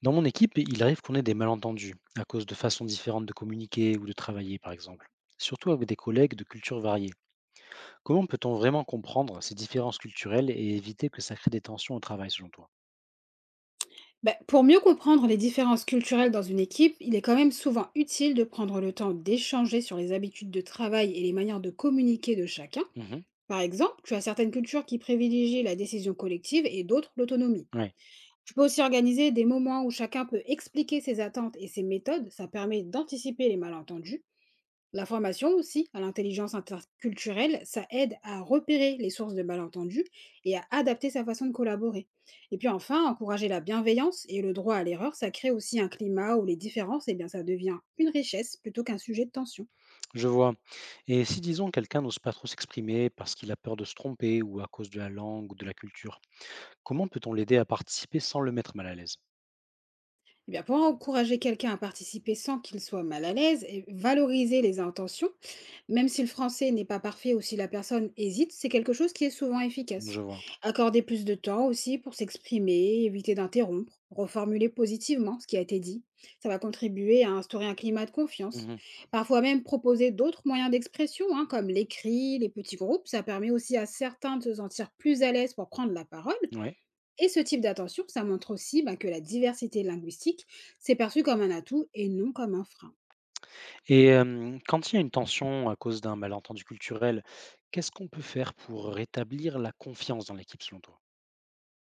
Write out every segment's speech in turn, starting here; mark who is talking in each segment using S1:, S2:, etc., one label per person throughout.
S1: Dans mon équipe, il arrive qu'on ait des malentendus à cause de façons différentes de communiquer ou de travailler, par exemple. Surtout avec des collègues de cultures variées. Comment peut-on vraiment comprendre ces différences culturelles et éviter que ça crée des tensions au travail, selon toi?
S2: Ben, pour mieux comprendre les différences culturelles dans une équipe, il est quand même souvent utile de prendre le temps d'échanger sur les habitudes de travail et les manières de communiquer de chacun.
S1: Mhm.
S2: Par exemple, tu as certaines cultures qui privilégient la décision collective et d'autres l'autonomie.
S1: Ouais,
S2: Tu peux aussi organiser des moments où chacun peut expliquer ses attentes et ses méthodes, ça permet d'anticiper les malentendus. La formation aussi à l'intelligence interculturelle, ça aide à repérer les sources de malentendus et à adapter sa façon de collaborer. Et puis enfin, encourager la bienveillance et le droit à l'erreur, ça crée aussi un climat où les différences, eh bien, ça devient une richesse plutôt qu'un sujet de tension.
S1: je vois. Et si, disons, quelqu'un n'ose pas trop s'exprimer parce qu'il a peur de se tromper ou à cause de la langue ou de la culture, comment peut-on l'aider à participer sans le mettre mal à l'aise?
S2: Eh bien, pour encourager quelqu'un à participer sans qu'il soit mal à l'aise, et valoriser les intentions, même si le français n'est pas parfait ou si la personne hésite, c'est quelque chose qui est souvent
S1: Je
S2: efficace.
S1: vois.
S2: Accorder plus de temps aussi pour s'exprimer, éviter d'interrompre, reformuler positivement ce qui a été dit, ça va contribuer à instaurer un climat de confiance.
S1: Mhm.
S2: Parfois même proposer d'autres moyens d'expression, hein, comme l'écrit, les petits groupes, ça permet aussi à certains de se sentir plus à l'aise pour prendre la parole
S1: Ouais.
S2: et ce type d'attention, ça montre aussi bah, que la diversité linguistique, c'est perçu comme un atout et non comme un frein.
S1: Quand il y a une tension à cause d'un malentendu culturel, qu'est-ce qu'on peut faire pour rétablir la confiance dans l'équipe selon toi?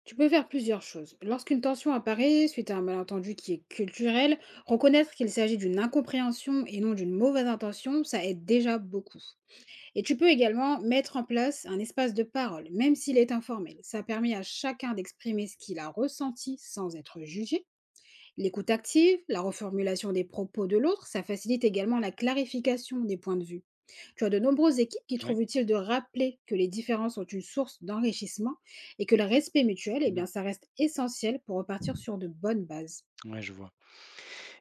S2: Tu peux faire plusieurs choses. Lorsqu'une tension apparaît suite à un malentendu qui est culturel, reconnaître qu'il s'agit d'une incompréhension et non d'une mauvaise intention, ça aide déjà beaucoup. Et tu peux également mettre en place un espace de parole, même s'il est informel. Ça permet à chacun d'exprimer ce qu'il a ressenti sans être jugé. L'écoute active, la reformulation des propos de l'autre, ça facilite également la clarification des points de vue. Tu as de nombreuses équipes qui
S1: Ouais.
S2: trouvent utile de rappeler que les différences sont une source d'enrichissement et que le respect mutuel, eh
S1: Mmh,
S2: bien, ça reste essentiel pour repartir sur de bonnes bases.
S1: ouais, je vois.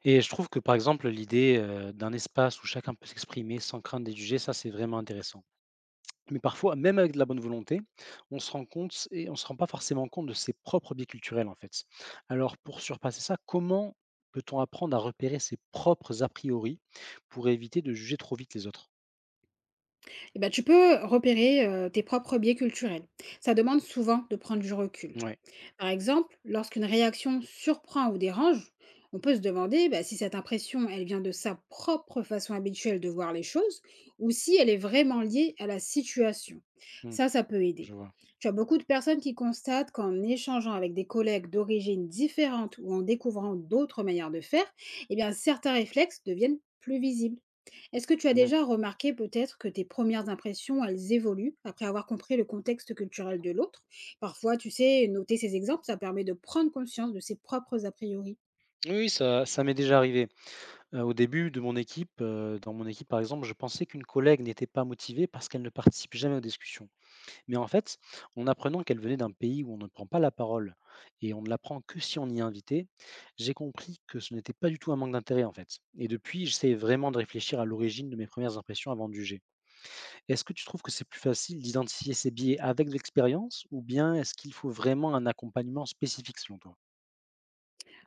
S1: Et je trouve que, par exemple, l'idée, d'un espace où chacun peut s'exprimer sans crainte d'être jugé, ça, c'est vraiment intéressant. Mais parfois, même avec de la bonne volonté, on se rend compte et on se rend pas forcément compte de ses propres biais culturels, en fait. Alors pour surpasser ça, comment peut-on apprendre à repérer ses propres a priori pour éviter de juger trop vite les autres?
S2: Eh bien, tu peux repérer tes propres biais culturels. Ça demande souvent de prendre du recul.
S1: Ouais,
S2: Par exemple, lorsqu'une réaction surprend ou dérange, on peut se demander bah, si cette impression, elle vient de sa propre façon habituelle de voir les choses ou si elle est vraiment liée à la situation.
S1: mmh,
S2: Ça peut aider.
S1: je vois.
S2: Tu as beaucoup de personnes qui constatent qu'en échangeant avec des collègues d'origine différente ou en découvrant d'autres manières de faire, eh bien, certains réflexes deviennent plus visibles. Est-ce que tu as déjà remarqué peut-être que tes premières impressions, elles évoluent après avoir compris le contexte culturel de l'autre? Parfois, tu sais, noter ces exemples, ça permet de prendre conscience de ses propres a priori.
S1: Oui, oui, ça m'est déjà arrivé. Au début de mon équipe, Dans mon équipe, par exemple, je pensais qu'une collègue n'était pas motivée parce qu'elle ne participe jamais aux discussions. Mais en fait, en apprenant qu'elle venait d'un pays où on ne prend pas la parole et on ne la prend que si on y est invité, j'ai compris que ce n'était pas du tout un manque d'intérêt, en fait. Et depuis, j'essaie vraiment de réfléchir à l'origine de mes premières impressions avant de juger. Est-ce que tu trouves que c'est plus facile d'identifier ces biais avec de l'expérience ou bien est-ce qu'il faut vraiment un accompagnement spécifique selon toi?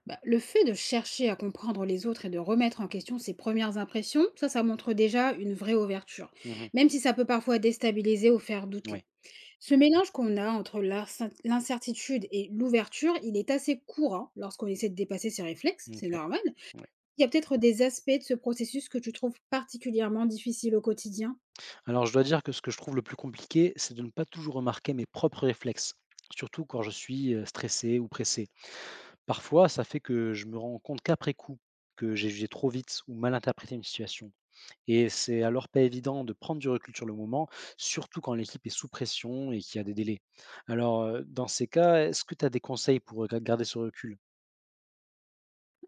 S2: Bah, le fait de chercher à comprendre les autres et de remettre en question ses premières impressions, ça montre déjà une vraie ouverture,
S1: Mmh mh.
S2: même si ça peut parfois déstabiliser ou faire douter.
S1: Ouais.
S2: Ce mélange qu'on a entre l'incertitude et l'ouverture, il est assez courant lorsqu'on essaie de dépasser ses réflexes, c'est
S1: OK.
S2: normal. Il y a peut-être des aspects de ce processus que tu trouves particulièrement difficile au quotidien?
S1: Alors, je dois dire que ce que je trouve le plus compliqué, c'est de ne pas toujours remarquer mes propres réflexes, surtout quand je suis stressé ou pressé. Parfois, ça fait que je me rends compte qu'après coup, que j'ai jugé trop vite ou mal interprété une situation. Et c'est alors pas évident de prendre du recul sur le moment, surtout quand l'équipe est sous pression et qu'il y a des délais. Alors, dans ces cas, est-ce que tu as des conseils pour garder ce recul?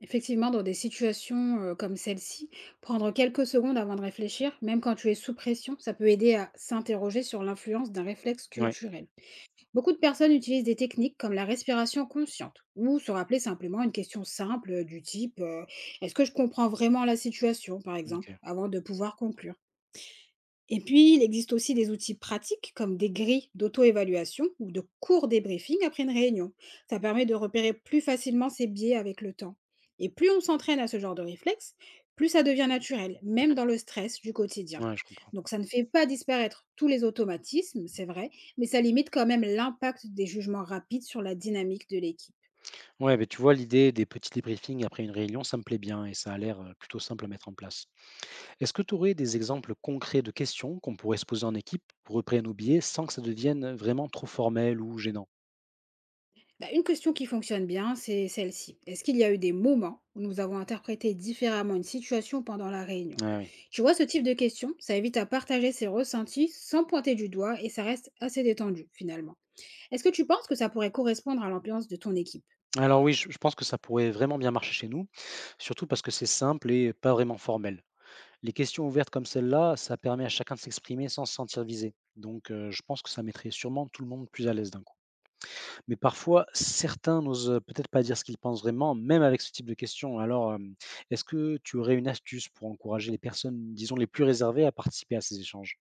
S2: Effectivement, dans des situations, comme celle-ci, prendre quelques secondes avant de réfléchir, même quand tu es sous pression, ça peut aider à s'interroger sur l'influence d'un réflexe
S1: Ouais,
S2: culturel. Beaucoup de personnes utilisent des techniques comme la respiration consciente ou se rappeler simplement une question simple, du type, «Est-ce que je comprends vraiment la situation?» par exemple,
S1: ok.
S2: avant de pouvoir conclure. Et puis, il existe aussi des outils pratiques comme des grilles d'auto-évaluation ou de courts débriefing après une réunion. Ça permet de repérer plus facilement ses biais avec le temps. Et plus on s'entraîne à ce genre de réflexe, plus ça devient naturel, même dans le stress du quotidien.
S1: Ouais, je comprends.
S2: Donc ça ne fait pas disparaître tous les automatismes, c'est vrai, mais ça limite quand même l'impact des jugements rapides sur la dynamique de l'équipe.
S1: Ouais, mais tu vois, l'idée des petits débriefings après une réunion, ça me plaît bien et ça a l'air plutôt simple à mettre en place. Est-ce que tu aurais des exemples concrets de questions qu'on pourrait se poser en équipe pour repérer nos biais sans que ça devienne vraiment trop formel ou gênant?
S2: Bah, une question qui fonctionne bien, c'est celle-ci. Est-ce qu'il y a eu des moments où nous avons interprété différemment une situation pendant la réunion?
S1: Ah oui.
S2: Tu vois, ce type de question, ça évite à partager ses ressentis sans pointer du doigt et ça reste assez détendu finalement. Est-ce que tu penses que ça pourrait correspondre à l'ambiance de ton équipe?
S1: Alors oui, je pense que ça pourrait vraiment bien marcher chez nous, surtout parce que c'est simple et pas vraiment formel. Les questions ouvertes comme celle-là, ça permet à chacun de s'exprimer sans se sentir visé. Donc je pense que ça mettrait sûrement tout le monde plus à l'aise d'un coup. Mais parfois, certains n'osent peut-être pas dire ce qu'ils pensent vraiment, même avec ce type de questions. Alors, est-ce que tu aurais une astuce pour encourager les personnes, disons, les plus réservées à participer à ces échanges?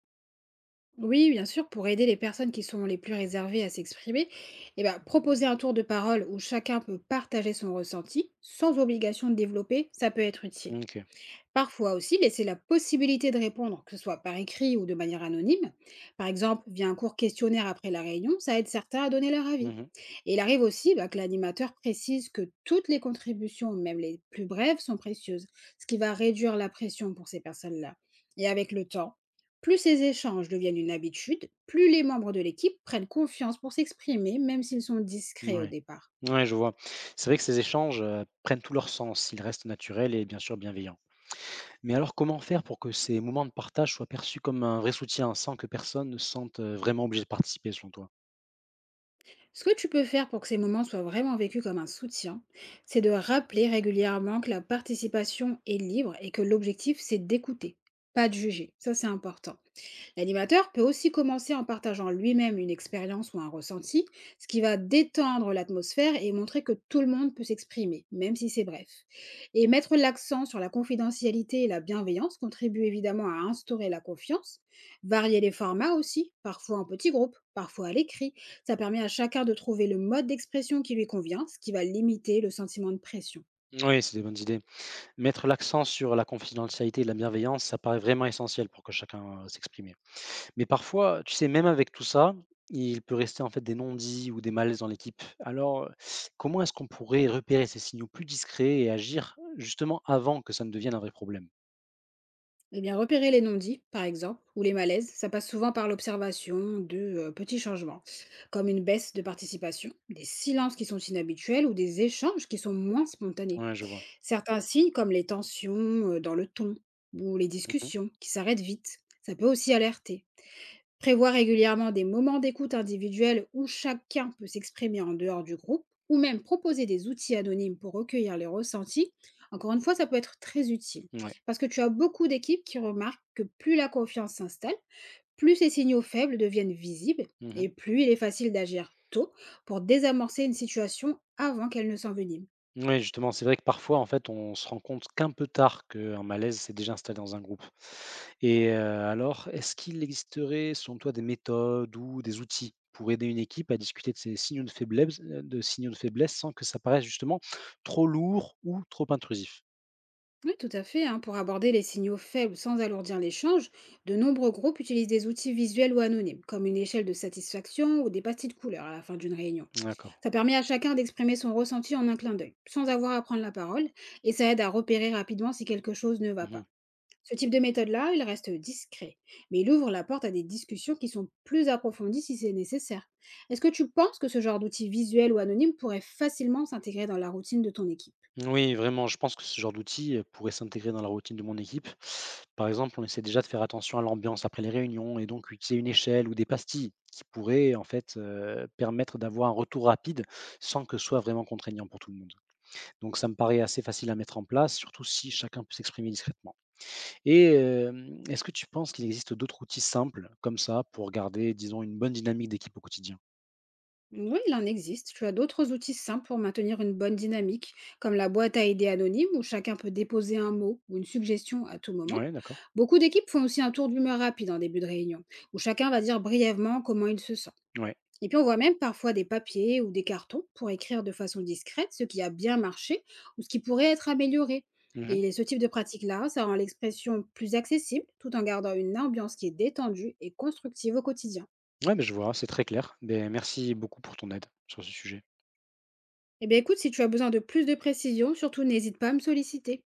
S2: Oui, bien sûr, pour aider les personnes qui sont les plus réservées à s'exprimer, eh ben, proposer un tour de parole où chacun peut partager son ressenti sans obligation de développer, ça peut être utile.
S1: OK.
S2: Parfois aussi, laisser la possibilité de répondre, que ce soit par écrit ou de manière anonyme, par exemple via un court questionnaire après la réunion, ça aide certains à donner leur avis.
S1: Mmh mh.
S2: Et il arrive aussi bah, que l'animateur précise que toutes les contributions, même les plus brèves, sont précieuses, ce qui va réduire la pression pour ces personnes-là. Et avec le temps, plus ces échanges deviennent une habitude, plus les membres de l'équipe prennent confiance pour s'exprimer, même s'ils sont discrets au
S1: Ouais.
S2: départ.
S1: Ouais, je vois. C'est vrai que ces échanges, prennent tout leur sens, s'ils restent naturels et bien sûr bienveillants. Mais alors comment faire pour que ces moments de partage soient perçus comme un vrai soutien, sans que personne ne se sente, vraiment obligé de participer selon toi?
S2: Ce que tu peux faire pour que ces moments soient vraiment vécus comme un soutien, c'est de rappeler régulièrement que la participation est libre et que l'objectif, c'est d'écouter, pas de juger. Ça, c'est important. L'animateur peut aussi commencer en partageant lui-même une expérience ou un ressenti, ce qui va détendre l'atmosphère et montrer que tout le monde peut s'exprimer, même si c'est bref. Et mettre l'accent sur la confidentialité et la bienveillance contribue évidemment à instaurer la confiance. Varier les formats aussi, parfois en petits groupes, parfois à l'écrit. Ça permet à chacun de trouver le mode d'expression qui lui convient, ce qui va limiter le sentiment de pression.
S1: Oui, c'est des bonnes idées. Mettre l'accent sur la confidentialité et la bienveillance, ça paraît vraiment essentiel pour que chacun, s'exprimer. Mais parfois, tu sais, même avec tout ça, il peut rester en fait des non-dits ou des malaises dans l'équipe. Alors, comment est-ce qu'on pourrait repérer ces signaux plus discrets et agir justement avant que ça ne devienne un vrai problème?
S2: Eh bien, repérer les non-dits, par exemple, ou les malaises, ça passe souvent par l'observation de petits changements, comme une baisse de participation, des silences qui sont inhabituels ou des échanges qui sont moins spontanés.
S1: Ouais, je vois.
S2: Certains signes, comme les tensions dans le ton ou les
S1: Mmh.
S2: discussions qui s'arrêtent vite, ça peut aussi alerter. Prévoir régulièrement des moments d'écoute individuels où chacun peut s'exprimer en dehors du groupe, ou même proposer des outils anonymes pour recueillir les ressentis, encore une fois, ça peut être très utile.
S1: Ouais.
S2: Parce que tu as beaucoup d'équipes qui remarquent que plus la confiance s'installe, plus ces signaux faibles deviennent visibles,
S1: Mmh.
S2: et plus il est facile d'agir tôt pour désamorcer une situation avant qu'elle ne s'envenime.
S1: Oui, justement, c'est vrai que parfois, en fait, on se rend compte qu'un peu tard qu'un malaise s'est déjà installé dans un groupe. Alors, est-ce qu'il existerait, selon toi, des méthodes ou des outils pour aider une équipe à discuter de ces signaux de faiblesse de signaux de faiblesse sans que ça paraisse justement trop lourd ou trop intrusif?
S2: Oui, tout à fait, hein. Pour aborder les signaux faibles sans alourdir l'échange, de nombreux groupes utilisent des outils visuels ou anonymes, comme une échelle de satisfaction ou des pastilles de couleur à la fin d'une réunion.
S1: D'accord.
S2: Ça permet à chacun d'exprimer son ressenti en un clin d'œil, sans avoir à prendre la parole, et ça aide à repérer rapidement si quelque chose ne va pas.
S1: Mmh.
S2: Ce type de méthode-là, il reste discret, mais il ouvre la porte à des discussions qui sont plus approfondies si c'est nécessaire. Est-ce que tu penses que ce genre d'outil visuel ou anonyme pourrait facilement s'intégrer dans la routine de ton équipe?
S1: Oui, vraiment, je pense que ce genre d'outil pourrait s'intégrer dans la routine de mon équipe. Par exemple, on essaie déjà de faire attention à l'ambiance après les réunions et donc utiliser une échelle ou des pastilles qui pourraient en fait permettre d'avoir un retour rapide sans que ce soit vraiment contraignant pour tout le monde. Donc ça me paraît assez facile à mettre en place, surtout si chacun peut s'exprimer discrètement. Et est-ce que tu penses qu'il existe d'autres outils simples comme ça pour garder, disons, une bonne dynamique d'équipe au quotidien?
S2: Oui, il en existe. Tu as d'autres outils simples pour maintenir une bonne dynamique, comme la boîte à idées anonyme où chacun peut déposer un mot ou une suggestion à tout moment.
S1: Ouais, d'accord.
S2: Beaucoup d'équipes font aussi un tour d'humeur rapide en début de réunion, où chacun va dire brièvement comment il se sent.
S1: Ouais.
S2: Et puis on voit même parfois des papiers ou des cartons pour écrire de façon discrète ce qui a bien marché ou ce qui pourrait être amélioré.
S1: Mhm.
S2: Et ce type de pratique-là, ça rend l'expression plus accessible tout en gardant une ambiance qui est détendue et constructive au quotidien.
S1: Ouais, ben je vois, c'est très clair. Ben, merci beaucoup pour ton aide sur ce sujet.
S2: Eh bien, écoute, si tu as besoin de plus de précisions, surtout n'hésite pas à me solliciter.